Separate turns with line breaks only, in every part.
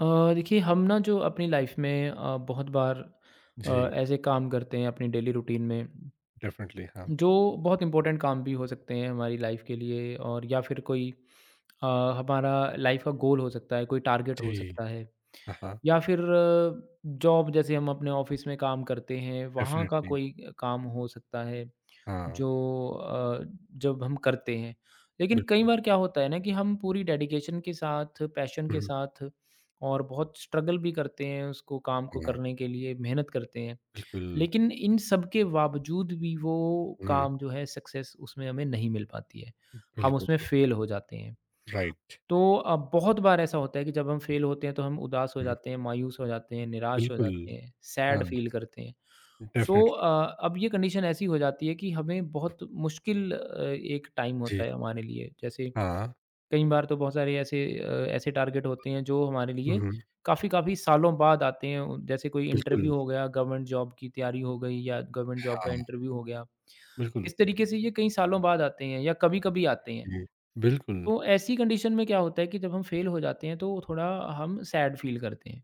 देखिए हम ना जो अपनी लाइफ में बहुत बार
जी,
ऐसे काम करते हैं अपनी डेली रूटीन में
डेफ़िनेटली हाँ।
जो बहुत इंपॉर्टेंट काम भी हो सकते हैं हमारी लाइफ के लिए और या फिर कोई अ, हमारा लाइफ का गोल हो सकता है कोई टारगेट हो
जी,
सकता है
हाँ, हाँ,
या फिर जॉब जैसे हम अपने ऑफ़िस में काम करते हैं, वहाँ का
डेफ़िनेटली
कोई काम हो सकता है,
हाँ,
जो अ, जब हम करते हैं। लेकिन कई
बिल्कुल।
बार क्या होता है ना कि हम पूरी डेडिकेशन के साथ, पैशन के
हुँ,
साथ और बहुत स्ट्रगल भी करते हैं उसको काम को
हाँ,
करने के लिए, मेहनत करते हैं।
बिल्कुल।
लेकिन इन सब के बावजूद भी वो
हुँ,
काम जो है सक्सेस उसमें हमें नहीं मिल पाती है। हम उसमें
बिल्कुल,
फ़ेल हो जाते हैं।
राइट।
तो बहुत बार ऐसा होता है कि जब हम फेल होते हैं तो हम उदास हो
हुँ,
जाते हैं, मायूस हो जाते हैं, निराश हो
बिल्कुल,
जाते हैं,
हाँ,
सैड फील करते हैं। सो
डेफ़िनेटली
अब ये कंडीशन ऐसी हो जाती है कि हमें बहुत मुश्किल एक टाइम
जी,
होता है हमारे लिए। जैसे
हाँ,
कई बार तो बहुत सारे ऐसे ऐसे टारगेट होते हैं जो हमारे लिए
हुँ,
काफ़ी-काफ़ी सालों बाद आते हैं। उ जैसे कोई
बिल्कुल,
इंटरव्यू हो गया, गवर्नमेंट जॉब की तैयारी हो गई या गवर्नमेंट जॉब का इंटरव्यू हो गया।
बिल्कुल,
इस तरीके से ये कई सालों बाद आते हैं या कभी-कभी आते हैं।
जी, बिल्कुल,
तो ऐसी कंडीशन में क्या होता है कि जब हम फेल हो जाते हैं तो थोड़ा हम सैड फील करते हैं।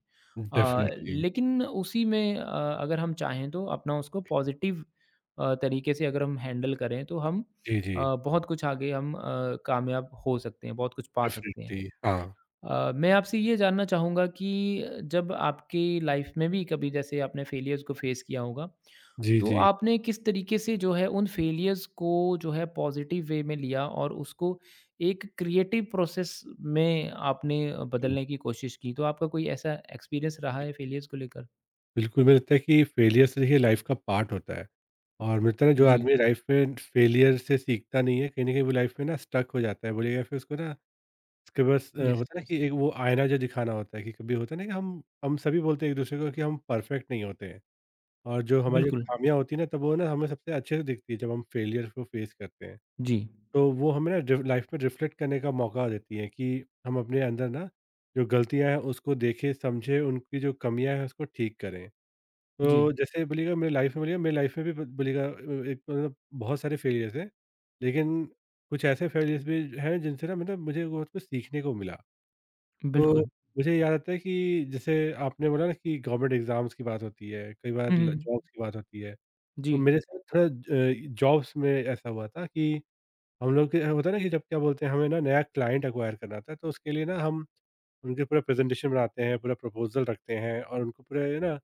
डेफ़िनेटली
लेकिन उसी में अगर हम चाहें तो अपना उसको पॉज़िटिव तरीके से अगर हम हैंडल करें तो हम
जी, जी,
बहुत कुछ आगे हम कामयाब हो सकते हैं, बहुत कुछ पा सकते हैं।
डेफ़िनेटली हाँ,
मैं आपसे ये जानना चाहूँगा कि जब आपकी लाइफ में भी कभी जैसे आपने फेलियर्स को फेस किया होगा,
जी,
तो
जी,
आपने किस तरीके से जो है उन फेलियर्स को जो है पॉज़िटिव वे में लिया और उसको एक क्रिएटिव प्रोसेस में आपने
बिल
बदलने की कोशिश की? तो आपका कोई ऐसा एक्सपीरियंस रहा है फेलियर्स को लेकर?
बिल्कुल, मुझे लगता है कि फेलियर से देखिए लाइफ़ का पार्ट होता है और मुझे लगता है ना जो
जी।
आदमी लाइफ़ में फेलियर से सीखता नहीं है, कहीं न कहीं वो लाइफ़ में ना स्टक हो जाता है, बोलिएगा फिर उसको ना उसके बस
यस,
होता है ना
यस।
कि एक वो आईना जो दिखाना होता है कि कभी होता है ना कि हम सभी बोलते हैं एक दूसरे को कि हम परफेक्ट नहीं होते हैं। और जो हमारी जो
बिल्कुल।
खामियां होती है ना तब वो ना हमें सबसे अच्छे से दिखती है जब हम फेलियर को फेस करते हैं।
जी,
तो वो हमें ना लाइफ में रिफ्लेक्ट करने का मौका देती है कि हम अपने अंदर ना जो गलतियां हैं उसको देखें समझे, उनकी जो कमियां हैं उसको ठीक करें। तो
जी।
जैसे बोलिएगा मेरे लाइफ में बोलिएगा मेरी लाइफ में भी ब- बोलिएगा अ, एक मतलब बहुत सारे फेलियर्स हैं। लेकिन कुछ ऐसे फेलियर्स भी हैं जिनसे ना मतलब मुझे बहुत कुछ सीखने को मिला। तो
बिल्कुल।
मुझे याद आता है कि जैसे आपने बोला ना कि गवर्नमेंट एग्ज़ाम्स की बात होती है, कई बार
हुँ,
ल
हुँ।
जॉब्स की बात होती है।
जी।
तो मेरे साथ थोड़ा जॉब्स में ऐसा हुआ था कि हम लोग के होता है ना कि जब क्या बोलते हैं हमें ना नया क्लाइंट एक्वायर करना था, तो उसके लिए ना हम उनके पूरा प्रेजेंटेशन बनाते हैं, पूरा प्रपोज़ल रखते हैं और उनको पूरे ना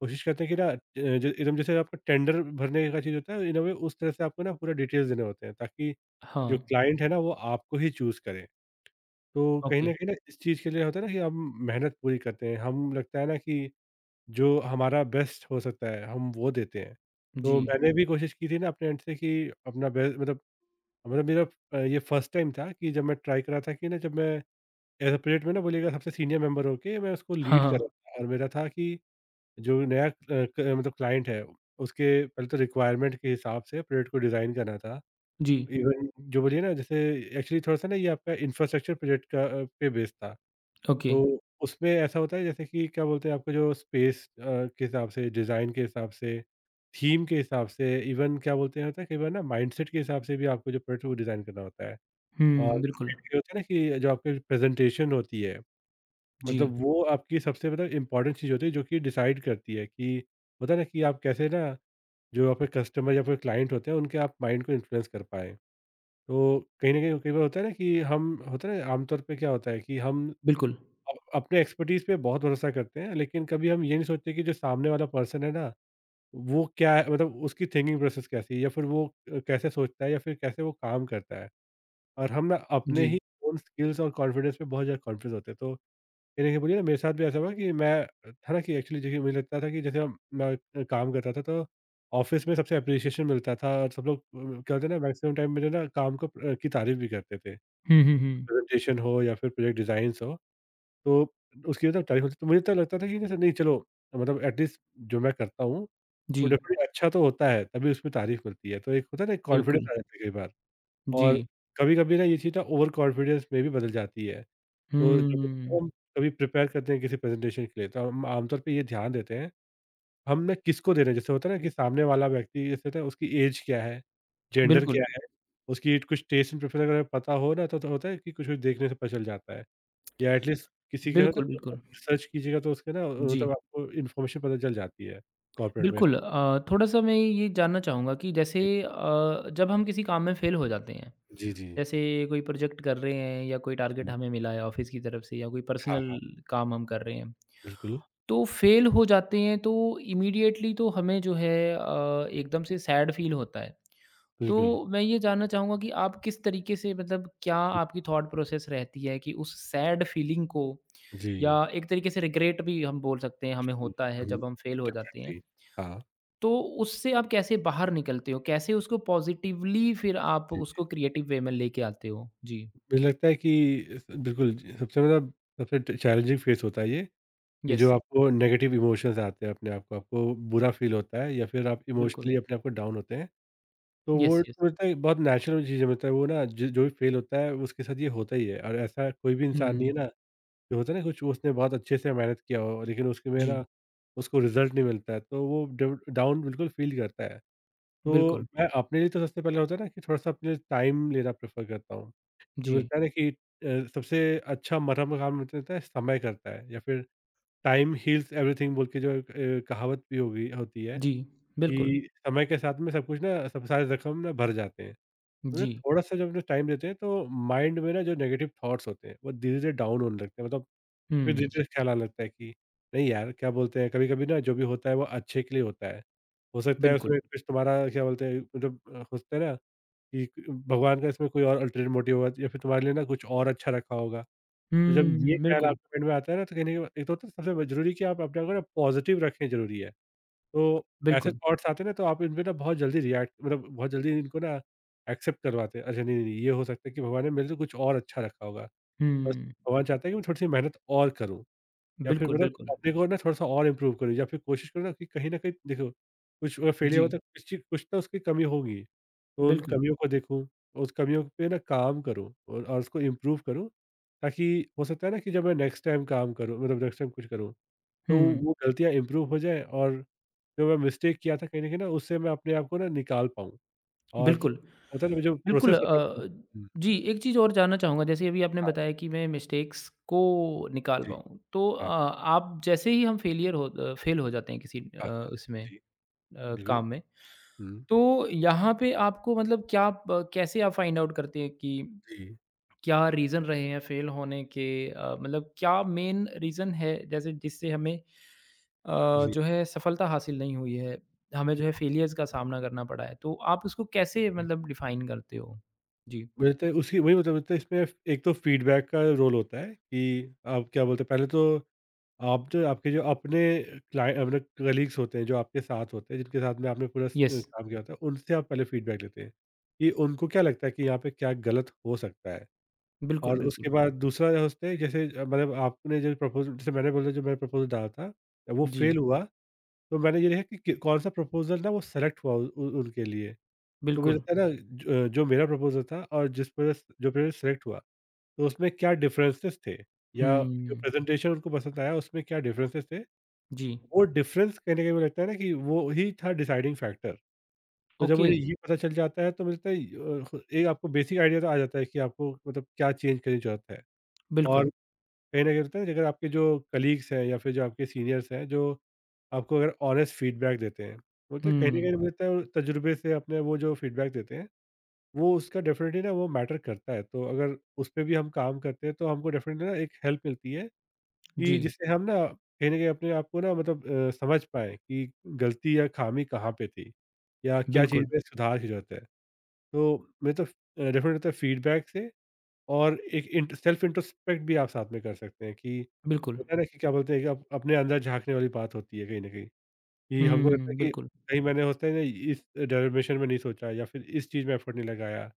कोशिश करते हैं कि ना अ, ज एकदम जैसे आपका टेंडर भरने का चीज़ होता है, इन अ वे उस तरह से आपको ना पूरा डिटेल्स देने होते हैं ताकि जो
हाँ,
क्लाइंट है ना वो आपको ही चूज़ करे। तो कहीं
ओके।
न कहीं ना इस चीज़ के लिए होता है ना कि हम मेहनत पूरी करते हैं। हम लगता है ना कि जो हमारा बेस्ट हो सकता है, हम वो देते हैं।
जी।
तो मैंने भी कोशिश की थी ना अपने एंड से कि अपना बे मतलब मतलब मेरा अ, ये फर्स्ट टाइम था कि जब मैं ट्राई कर रहा था कि ना जब मैं एयरपरेट में ना बोलिएगा सबसे सीनियर मेंबर होके मैं उसको
हाँ,
लीड कर रहा
हाँ।
था। और मेरा था कि जो नया अ, क मतलब क्लाइंट है, उसके पहले तो रिक्वायरमेंट के हिसाब से परेड को डिज़ाइन करना था।
जी,
इवन जो बोलिए ना जैसे एक्चुअली थोड़ा-सा ना ये आपका इंफ्रास्ट्रक्चर प्रोजेक्ट का पे बेस्ड था।
ओके।
तो उसमें ऐसा होता है जैसे कि क्या बोलते हैं आपका जो स्पेस के हिसाब से, डिज़ाइन के हिसाब से, थीम के हिसाब से, इवन क्या बोलते हैं होता है कई बार ना माइंडसेट के हिसाब से भी आपको जो प्रोडक्ट है वो डिज़ाइन करना होता है। और
हुँ, बिल्कुल।
ये होता है ना कि जो आपकी प्रेजेंटेशन होती है,
जी,
मतलब वो आपकी सबसे मतलब इम्पोर्टेंट चीज़ होती है जो कि डिसाइड करती है कि होता है ना कि आप कैसे ना जो आपके कस्टमर या फिर क्लाइंट होते हैं उनके आप माइंड को इन्फ्लुएंस कर पाएँ। तो कहीं न कहीं कई बार होता है ना कि हम होता है ना आमतौर पे क्या होता है कि हम
बिल्कुल।
अप अपने एक्सपर्टीज़ पे बहुत भरोसा करते हैं, लेकिन कभी हम ये नहीं सोचते कि जो सामने वाला पर्सन है ना, वो क्या है, मतलब उसकी थिंकिंग प्रोसेस कैसी है या फिर वो कैसे सोचता है या फिर कैसे वो काम करता है। और हम ना अपने
जी।
ही ओन स्किल्स और कॉन्फिडेंस पे बहुत ज़्यादा कॉन्फ्यूज़ होते हैं। तो कहीं न कहीं बोलिए ना मेरे साथ भी ऐसा हुआ कि मैं था ना कि एक्चुअली देखिए मुझे लगता था कि जैसे हम मैं अ, काम करता था तो ऑफ़िस में सबसे एप्रिसिएशन मिलता था और सब लोग क्या होता है ना मैक्सिमम टाइम मेरे ना काम को की तारीफ़ भी करते थे।
हुँ, हुँ, हुँ।
प्रेज़ेंटेशन हो या फिर प्रोजेक्ट डिज़ाइन्स हो। तो उसकी मतलब तारीफ़ होती तो मुझे तो लगता था कि जैसे नहीं चलो, मतलब एट लीस्ट जो मैं करता हूँ, वो
जी,
डेफ़िनेटली अच्छा तो होता है, तभी उसमें तारीफ़ मिलती है। तो एक होता है ना एक कॉन्फिडेंस
बिल्कुल।
आ जाता है कई बार।
जी।
और कभी-कभी ना ये चीज़ ना ओवर कॉन्फिडेंस में भी बदल जाती है। तो जब जब
हुँ।
हम कभी प्रिपेयर करते हैं किसी प्रेज़ेंटेशन के लिए, तो हम आमतौर पे ये ध्यान देते हैं, हम ना किसको दे रहे हैं। जैसे होता है ना कि सामने वाला व्यक्ति जैसे होता है उसकी एज क्या है, जेंडर क्या
बिल्कुल,
है, उसकी कुछ टेस्ट एंड प्रेफरेंस अगर पता हो ना तो होता है कि कुछ-कुछ देखने से पता चल जाता है। या एटलीस्ट किसी के होता
बिल्कुल,
है
बिल्कुल।
सर्च कीजिएगा तो उसके ना मतलब
जी,
आपको इन्फॉर्मेशन पता चल जाती है कॉर्पोरेट में।
बिल्कुल थोड़ा-सा मैं ये जानना चाहूँगा कि जैसे जब हम किसी काम में फ़ेल हो जाते हैं,
जी, जी, जी।
जैसे कोई प्रोजेक्ट कर रहे हैं या कोई टारगेट
हुँ,
हमें मिला है ऑफ़िस की तरफ से या कोई
हाँ,
पर्सनल
हाँ,
काम हम कर रहे हैं,
बिल्कुल,
तो फ़ेल हो जाते हैं तो इमीडिएटली तो हमें जो है एकदम से सैड फ़ील होता है।
बिल्कुल।
तो मैं ये जानना चाहूँगा कि आप किस तरीके से मतलब क्या आपकी थॉट प्रोसेस रहती है कि उस सैड फीलिंग को या
जी।
एक तरीके से रिग्रेट भी हम बोल सकते हैं हमें
हुँ,
होता है
हुँ,
जब हम फेल हो जाते हैं।
डेफ़िनिटली। हाँ,
तो उससे आप कैसे बाहर निकलते हो? कैसे उसको पॉज़िटिवली फिर आप
जी, जी।
उसको क्रिएटिव वे में लेके आते हो? जी।
मुझे लगता है कि स बिल्कुल जी, सबसे मतलब सबसे ट चैलेंजिंग फ़ेज़ होता है ये कि जो
यस,
आपको नेगेटिव इमोशंस आते हैं अपने आप को, आपको बुरा फ़ील होता है या फिर आप
बिल्कुल।
इमोशनली अपने आप को डाउन होते हैं। तो वो
यस, यस।
मिलता है बहुत नेचुरल चीज़ें, मतलब वो ना ज जो भी फ़ील होता है उसके साथ ये होता ही है और ऐसा कोई भी
हुँ।
इंसान नहीं है ना जो होता है ना कुछ उसने बहुत अच्छे से मेहनत किया हो लेकिन उसके में
जी,
ना उसको रिजल्ट नहीं मिलता है तो वो डव डाउन बिल्कुल फ़ील करता है। तो
बिल्कुल।
मैं अपने लिए तो सबसे पहले होता है ना कि थोड़ा-सा अपने लिए टाइम लेना प्रेफ़र करता हूँ। ये
जी।
बोलता है ना कि सबसे अच्छा मरहम काम होता है समय करता है या फिर टाइम हील्स एवरीथिंग बोल के जो एक कहावत भी होगी होती है
जी, बिल्कुल।
कि समय के साथ में सब कुछ ना सब सारे ज़ख्म ना भर जाते हैं। तो मतलब
जी।
थोड़ा-सा जब टाइम देते हैं तो माइंड में ना जो नेगेटिव थॉट्स होते हैं वो धीरे-धीरे डाउन होने लगते हैं, मतलब फिर
हुँ,
धीरे-धीरे ख़्याल आने लगता है कि नहीं यार, क्या बोलते हैं, कभी-कभी ना जो भी होता है वो अच्छे के लिए होता है। हो सकता है
बिल्कुल।
उसमें कुछ तुम्हारा क्या बोलते हैं, मतलब होता है ना कि भगवान का इसमें कोई और अल्टरनेट मोटिव होगा या फिर तुम्हारे लिए ना कुछ और अच्छा रखा होगा। तो जब ये
हुँ,
ख़्याल
बिल्कुल,
आपके माइंड में आता है ना तो कहीं न कहीं एक तो होता है सबसे ज़रूरी कि आप अपने आप को ना पॉज़िटिव रखें, ज़रूरी है। तो ऐसे
बिल्कुल।
थॉट्स आते हैं ना तो आप इनपे ना बहुत जल्दी रिएक्ट, मतलब बहुत जल्दी इनको ना एक्सेप्ट करवाते हैं। अच्छा नहीं, नहीं, नहीं, ये हो सकता है कि भगवान ने मेरे लिए कुछ और अच्छा रखा होगा। बस
हुँ,
भगवान चाहता है कि मैं थोड़ी-सी मेहनत और करूँ। या फिर
बिल्कुल,
मतलब
बिल्कुल।
अपने को ना थोड़ा-सा और इम्प्रूव करो या फिर कोशिश करो ना कि कहीं न कहीं देखो, कुछ फेलियर हुआ
जी।
तो कुछ चीज़ कुछ तो उसकी कमी होगी। तो उन
बिल्कुल।
कमियों को देखूँ, उस कमियों पे ना काम करूँ और उसको इम्प्रूव करूँ, ताकि हो सकता है ना कि जब मैं नेक्स्ट टाइम काम करूँ, मतलब नेक्स्ट टाइम कुछ करूँ, तो
हुँ,
वो गलतियाँ इम्प्रूव हो जाएँ और जो मैं मिस्टेक किया था कहीं न कहीं ना उससे मैं अपने आप को ना निकाल पाऊँ। और
बिल्कुल।
होता है ना जो
बिल्कुल
प्रोसेस होता है हुँ,
जी, एक चीज़ और जानना चाहूँगा जैसे अभी आपने
हाँ,
बताया कि मैं मिस्टेक्स को निकाल
जी,
पाऊँ। तो
हाँ,
आप जैसे ही हम फेल हो जाते हैं किसी
हाँ, हाँ,
उसमें
जी, बिल्कुल,
काम में,
हुँ,
तो यहाँ पे आपको मतलब क्या प कैसे आप फाइंड आउट करते हैं कि
जी,
क्या रीज़न रहे हैं फेल होने के मतलब क्या मेन रीज़न है जैसे जिससे हमें
जी।
जो है सफलता हासिल नहीं हुई है, हमें जो है फेलियर्स का सामना करना पड़ा है। तो आप उसको कैसे मतलब डिफ़ाइन करते हो? जी,
मिलता है उसकी वही, मतलब मिलता है इसमें एक तो फीडबैक का रोल होता है कि आप क्या बोलते हैं पहले तो आप जो आपके जो अपने क्लाइंट अपने कलीग्स होते हैं जो आपके साथ होते हैं जिनके साथ में आपने पूरा
यस,
काम किया होता है उनसे आप पहले फीडबैक लेते हैं कि उनको क्या लगता है कि यहाँ पे क्या गलत हो सकता है।
बिल्कुल,
और
बिल्कुल।
उसके बाद दूसरा जो होता है, जैसे मतलब आपने जो प्रपोजल, जैसे मैंने बोला जो मैंने प्रपोजल डाला था वो
जी,
फेल हुआ, तो मैंने ये देखा कि कौन सा प्रपोजल ना वो सेलेक्ट हुआ उनके लिए। तो मुझे
बिल्कुल।
लगता है ना ज जो मेरा प्रपोज़ल था और जिस पर जो प्रोजेक्ट सेलेक्ट हुआ, तो उसमें क्या डिफरेंसेस थे या जो
हुँ,
प्रेज़ेंटेशन उनको पसंद आया उसमें क्या डिफरेंसेस थे,
जी,
वो डिफरेंस कहीं न कहीं मुझे लगता है ना कि वो ही था डिसाइडिंग फैक्टर। तो जब
ओके,
मुझे ये पता चल जाता है तो मुझे लगता है एक आपको बेसिक आइडिया तो आ जाता है कि आपको मतलब क्या चेंज करने की ज़रूरत है। और
बिल्कुल।
कहीं न कहीं होता है ना कि अगर आपके जो कलीग्स हैं या फिर जो आपके सीनियर्स हैं जो आपको अगर ऑनेस्ट फीडबैक देते हैं, बोलते हैं कहीं न
हुँ,
कहीं मुझे लगता है वो तजुर्बे से अपने वो जो फीडबैक देते हैं वो उसका डेफ़िनिटली ना वो मैटर करता है, तो अगर उस पे भी हम काम करते हैं, तो हमको डेफ़िनिटली ना एक हेल्प मिलती है कि
जी,
जिससे हम ना कहीं न कहीं अपने आप को ना मतलब समझ पाएँ कि गलती या ख़ामी कहाँ पे थी या क्या चीज़
बिल्कुल,
में सुधार की ज़रूरत है। तो मैं तो डेफ़िनेटली होता है फ़ीडबैक से। और एक इंट सेल्फ इंट्रोस्पेक्ट भी आप साथ में कर सकते हैं कि
बिल्कुल।
होता है ना कि क्या बोलते हैं कि अप अपने अंदर झाँकने वाली बात होती है कहीं न कहीं, कि हमको लगता है
हुँ,
कि
बिल्कुल,
कहीं मैंने होता है ना इस डेरिवेशन में नहीं सोचा या फिर इस चीज़ में एफ़र्ट नहीं लगाया।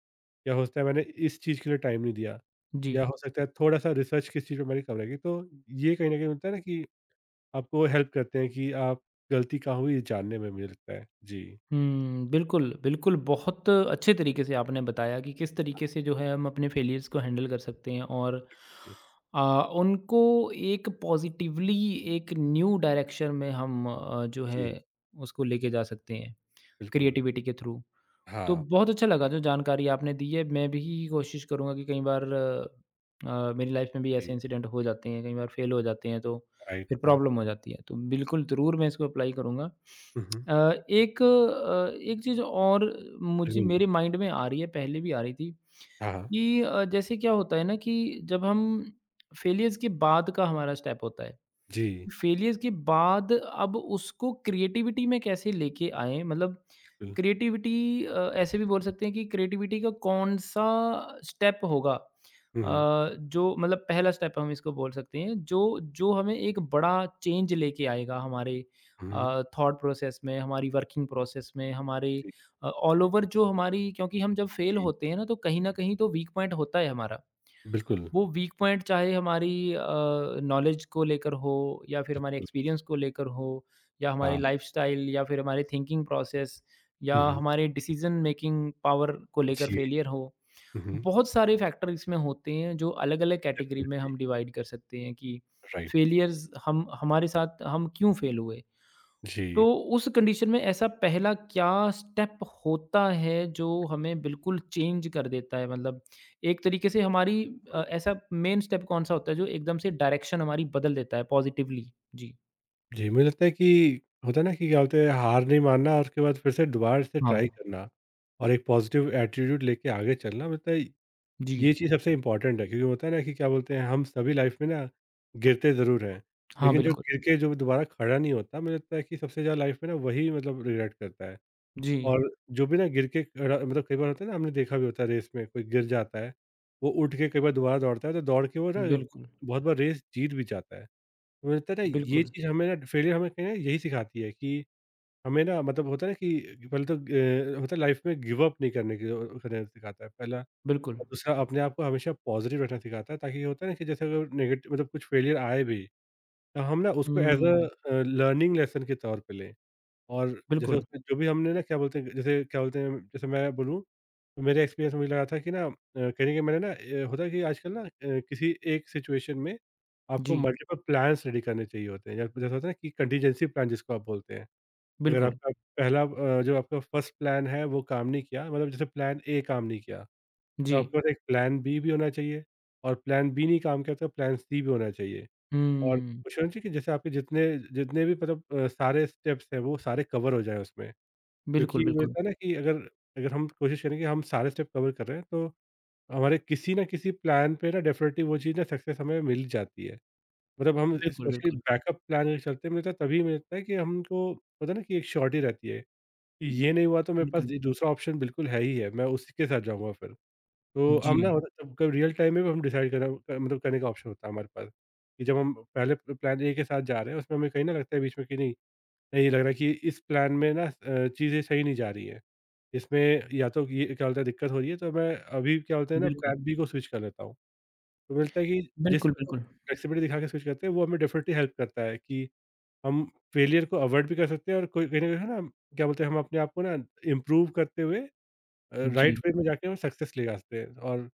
या हो सकता है मैंने इस चीज़ के लिए टाइम नहीं दिया,
जी।
या हो सकता है थोड़ा-सा रिसर्च किस चीज़ पे मैंने कम लगी। तो ये कहीं न कहीं होता है ना कि आपको हेल्प करते हैं कि आप गलती कहाँ हुई ये जानने में मुझे लगता है। जी,
हुँ, बिल्कुल, बिल्कुल, बहुत अच्छे तरीके से आपने बताया कि किस तरीके से जो है हम अपने फेलियर्स को हैंडल कर सकते हैं और
जी,
अ, उनको एक पॉज़िटिवली एक न्यू डायरेक्शन में हम जो है
जी,
उसको लेके जा सकते हैं,
बिल्कुल।
क्रिएटिविटी के थ्रू। तो
हाँ,
बहुत अच्छा लगा जो जानकारी आपने दी है। मैं भी कोशिश करूँगा कि कई बार मेरी लाइफ में भी
जी,
ऐसे इंसिडेंट हो जाते हैं, कई बार फेल हो जाते हैं, तो
राइट,
फिर
हाँ।
प्रॉब्लम हो जाती है। तो बिल्कुल ज़रूर मैं इसको अप्लाई करूँगा।
हुँ, हुँ,
अ, एक चीज़ और मुझे
बिल्कुल।
मेरे माइंड में आ रही है, पहले भी आ रही थी
हाँ, हाँ,
कि जैसे क्या होता है ना कि जब हम फेलियर्स के बाद का हमारा स्टेप होता है।
जी,
फेलियर के बाद अब उसको क्रिएटिविटी में कैसे लेके आएँ? मतलब
बिल्कुल।
क्रिएटिविटी ऐसे भी बोल सकते हैं कि क्रिएटिविटी का कौन-सा स्टेप होगा
हुँ, हुँ,
जो मतलब पहला स्टेप हम इसको बोल सकते हैं, जो जो हमें एक बड़ा चेंज लेके आएगा हमारे
हुँ,
थॉट प्रोसेस में, हमारी वर्किंग प्रोसेस में, हमारे
जी,
ऑल ओवर जो हमारी क्योंकि हम जब फेल
जी,
होते हैं ना, तो कहीं न कहीं तो वीक पॉइंट होता है हमारा।
बिल्कुल,
वो वीक पॉइंट चाहे हमारी नॉलेज को लेकर हो या फिर हमारे
बिल्कुल,
एक्सपीरियंस को लेकर हो या
हाँ।
हमारी लाइफस्टाइल या फिर हमारे थिंकिंग प्रोसेस या
हुँ, हुँ,
हमारे डिसीजन मेकिंग पावर को लेकर
जी,
फेलियर हो।
हुँ, हुँ,
बहुत सारे फैक्टर इसमें होते हैं जो अलग-अलग कैटेगरी में
डेफ़िनिटली,
हम डिवाइड कर सकते हैं कि
राइट,
फेलियर्स हम हमारे साथ हम क्यों फेल हुए? तो
जी।
उस कंडीशन में ऐसा पहला क्या स्टेप होता है जो हमें बिल्कुल चेंज कर देता है मतलब एक तरीके से हमारी ऐसा मेन स्टेप कौन सा होता है जो एकदम से डायरेक्शन हमारी बदल देता है पॉजिटिवली? जी।
जी, मुझे लगता है कि होता है ना कि क्या बोलते हैं हार नहीं मानना और उसके बाद फिर से दोबारा से ट्राई
हाँ।
करना, और एक पॉजिटिव एटीट्यूड लेके आगे चलना, मतलब
जी।
ये चीज़ सबसे इम्पोर्टेंट है। क्योंकि होता है ना कि क्या बोलते हैं हम सभी लाइफ में ना गिरते ज़रूर हैं,
हाँ,
लेकिन जो
बिल्कुल।
गिर के जो दोबारा खड़ा नहीं होता, मुझे लगता है कि सबसे ज़्यादा लाइफ में ना वही मतलब रिग्रेट करता है।
जी।
और जो भी ना गिर के खड़ा, मतलब कई बार होता है ना, हमने देखा भी होता है रेस में कोई गिर जाता है, वो उठ के कई बार दोबारा दौड़ता है, तो दौड़ के वो ना
बिल्कुल,
बहुत बार रेस जीत भी जाता है। मुझे लगता है ना ये
बिल्कुल,
चीज़ हमें ना, फेलियर हमें कहीं ना यही सिखाती है कि हमें ना मतलब होता है ना कि पहले तो होता है लाइफ में गिव अप नहीं करने की करने सिखाता है पहला। और
बिल्कुल।
दूसरा अपने आप को हमेशा पॉजिटिव रखना सिखाता है, ताकि होता है ना कि जैसे अगर नेगेटिव मतलब कुछ फेलियर आए भी तो हम ना उसको एज
हुँ,
अ लर्निंग लेसन के तौर पे लें। और जैसे
बिल्कुल।
उसमें जो भी हमने ना क्या बोलते हैं, जैसे क्या बोलते हैं, जैसे मैं बोलूँ तो मेरे एक्सपीरियंस में मुझे लगा था कि ना कहीं न कहीं मैंने ना होता है कि आजकल ना किसी एक सिचुएशन में आपको
जी,
मल्टीपल प्लान्स रेडी करने चाहिए होते हैं। या जैसे होता है ना कि कंटीजेंसी प्लान जिसको आप बोलते हैं। अगर
बिल्कुल।
आपका पहला जो आपका फर्स्ट प्लान है वो काम नहीं किया, मतलब जैसे प्लान ए काम नहीं किया, तो
जी।
आपके पास एक प्लान बी भी होना चाहिए। और प्लान बी नहीं काम किया तो प्लान सी भी होना चाहिए। और
हुँ।
कोशिश होनी चाहिए कि जैसे आपके जितने जितने भी मतलब सारे स्टेप्स हैं वो सारे कवर हो जाएँ उसमें।
बिल्कुल,
क्योंकि वो
बिल्कुल।
होता है ना कि अगर अगर हम कोशिश करें कि हम सारे स्टेप कवर कर रहे हैं, तो हमारे किसी ना किसी प्लान पे ना डेफिनेटली वो चीज़ ना, सक्सेस हमें मिल जाती है। मतलब हम
बिल्कुल,
स्पेशली
बिल्कुल,
बैकअप प्लान के चलते मुझे लगता है तभी मिलता है कि हमको पता ना कि एक श्योरिटी रहती है कि ये नहीं हुआ तो मेरे पास
बिल्कुल।
ये दूसरा ऑप्शन बिल्कुल है ही है, मैं उसी के साथ जाऊँगा फिर। तो
जी।
हम ना कभी रियल टाइम में भी हम डिसाइड करना मतलब करने का ऑप्शन होता है हमारे पास, कि जब हम पहले प्लान ए के साथ जा रहे हैं, उसमें हमें कहीं ना लगता है बीच में कि नहीं, नहीं ये लग रहा है कि इस प्लान में ना चीज़ें सही नहीं जा रही हैं। इसमें या तो ये क्या बोलते हैं दिक्कत हो रही है, तो मैं अभी क्या बोलते हैं ना
बिल्कुल,
प्लान बी को स्विच कर लेता हूँ। तो मिलता है कि जिस
बिल्कुल,
तरह
बिल्कुल।
फ्लेक्सिबिलिटी दिखा के स्विच करते हैं वो हमें डेफ़िनिटली हेल्प करता है कि हम फेलियर को अवॉइड भी कर सकते हैं, और कोई कहीं न कहीं है ना क्या बोलते हैं, हम अपने आप को ना इम्प्रूव करते हुए राइट
जी।
वे में जाके हम सक्सेस ले आ सकते हैं। और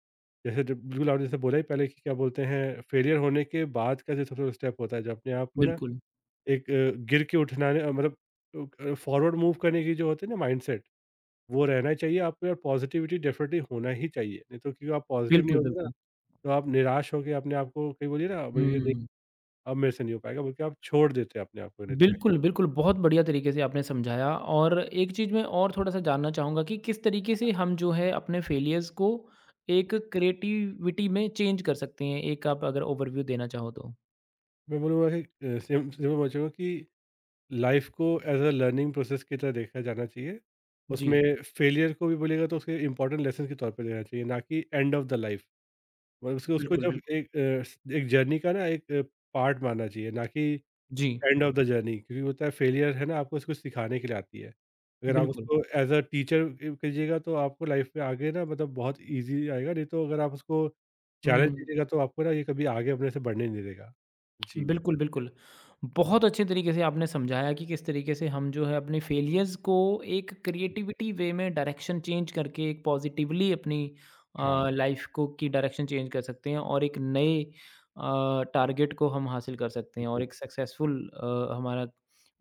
जैसे जब बिल्कुल आपने जैसे बोला ही पहले कि क्या बोलते हैं, फेलियर होने के बाद का जो छोटा-छोटा स्टेप होता है जो अपने आप को ना
बिल्कुल,
एक गिर के उठना, मतलब फॉरवर्ड मूव करने की जो होती है ना माइंडसेट, वो रहना ही चाहिए आपके। और पॉज़िटिविटी डेफ़िनेटली होना ही चाहिए, नहीं तो क्योंकि आप पॉज़िटिव नहीं
बिल्कुल,
होंगे ना,
बिल्कुल।
तो आप निराश होके अपने आप को कहीं बोलिए ना बोलिए, नहीं
हुँ।
अब मेरे से नहीं हो पाएगा, बोल के आप छोड़ देते हैं अपने आप को, नहीं तो नहीं।
बिल्कुल, बिल्कुल, बहुत बढ़िया तरीके से आपने समझाया और एक चीज़ मैं और थोड़ा-सा जानना चाहूँगा कि किस तरीके से हम जो है अपने फेलियर्स को एक क्रिएटिविटी में चेंज कर सकते हैं? एक आप अगर ओवरव्यू देना चाहो तो?
मैं बोलूँगा कि सेम सेम मैं बोलना चाहूँगा कि लाइफ़ को एज़ अ लर्निंग प्रोसेस की तरह देखा जाना चाहिए।
जी,
उसमें फेलियर को भी बोलिएगा तो उसके इम्पोर्टेंट लेसन के तौर पे लेना चाहिए, ना कि एंड ऑफ़ द लाइफ़। मतलब उसको उसको
बिल्कुल,
जब
बिल्कुल।
एक एक जर्नी का ना एक पार्ट मानना चाहिए, ना कि
जी,
एंड ऑफ द जर्नी, क्योंकि होता है फेलियर है ना, आपको कुछ सिखाने के लिए आती है। अगर आप
बिल्कुल।
उसको एज़ अ टीचर कीजिएगा तो आपको लाइफ में आगे ना, मतलब बहुत ईज़ी आएगा, नहीं तो अगर आप उसको चैलेंज
हुँ।
दीजिएगा तो आपको ना ये कभी आगे अपने से बढ़ने नहीं देगा। जी,
बिल्कुल, बिल्कुल। बहुत अच्छे तरीके से आपने समझाया कि किस तरीके से हम जो है अपने फेलियर्स को एक
जी।
क्रिएटिविटी वे में डायरेक्शन चेंज करके एक पॉजिटिवली अपनी
हाँ,
लाइफ़ को की डायरेक्शन चेंज कर सकते हैं और एक नए टारगेट को हम हासिल कर सकते हैं और
बिल्कुल,
एक सक्सेसफुल हमारा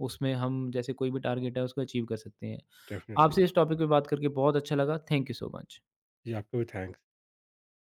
उसमें हम जैसे कोई भी टारगेट है उसको अचीव कर सकते हैं।
डेफ़िनेटली।
आपसे इस टॉपिक पे बात करके बहुत अच्छा लगा। Thank you so much.
जी, आपको भी थैंक्स।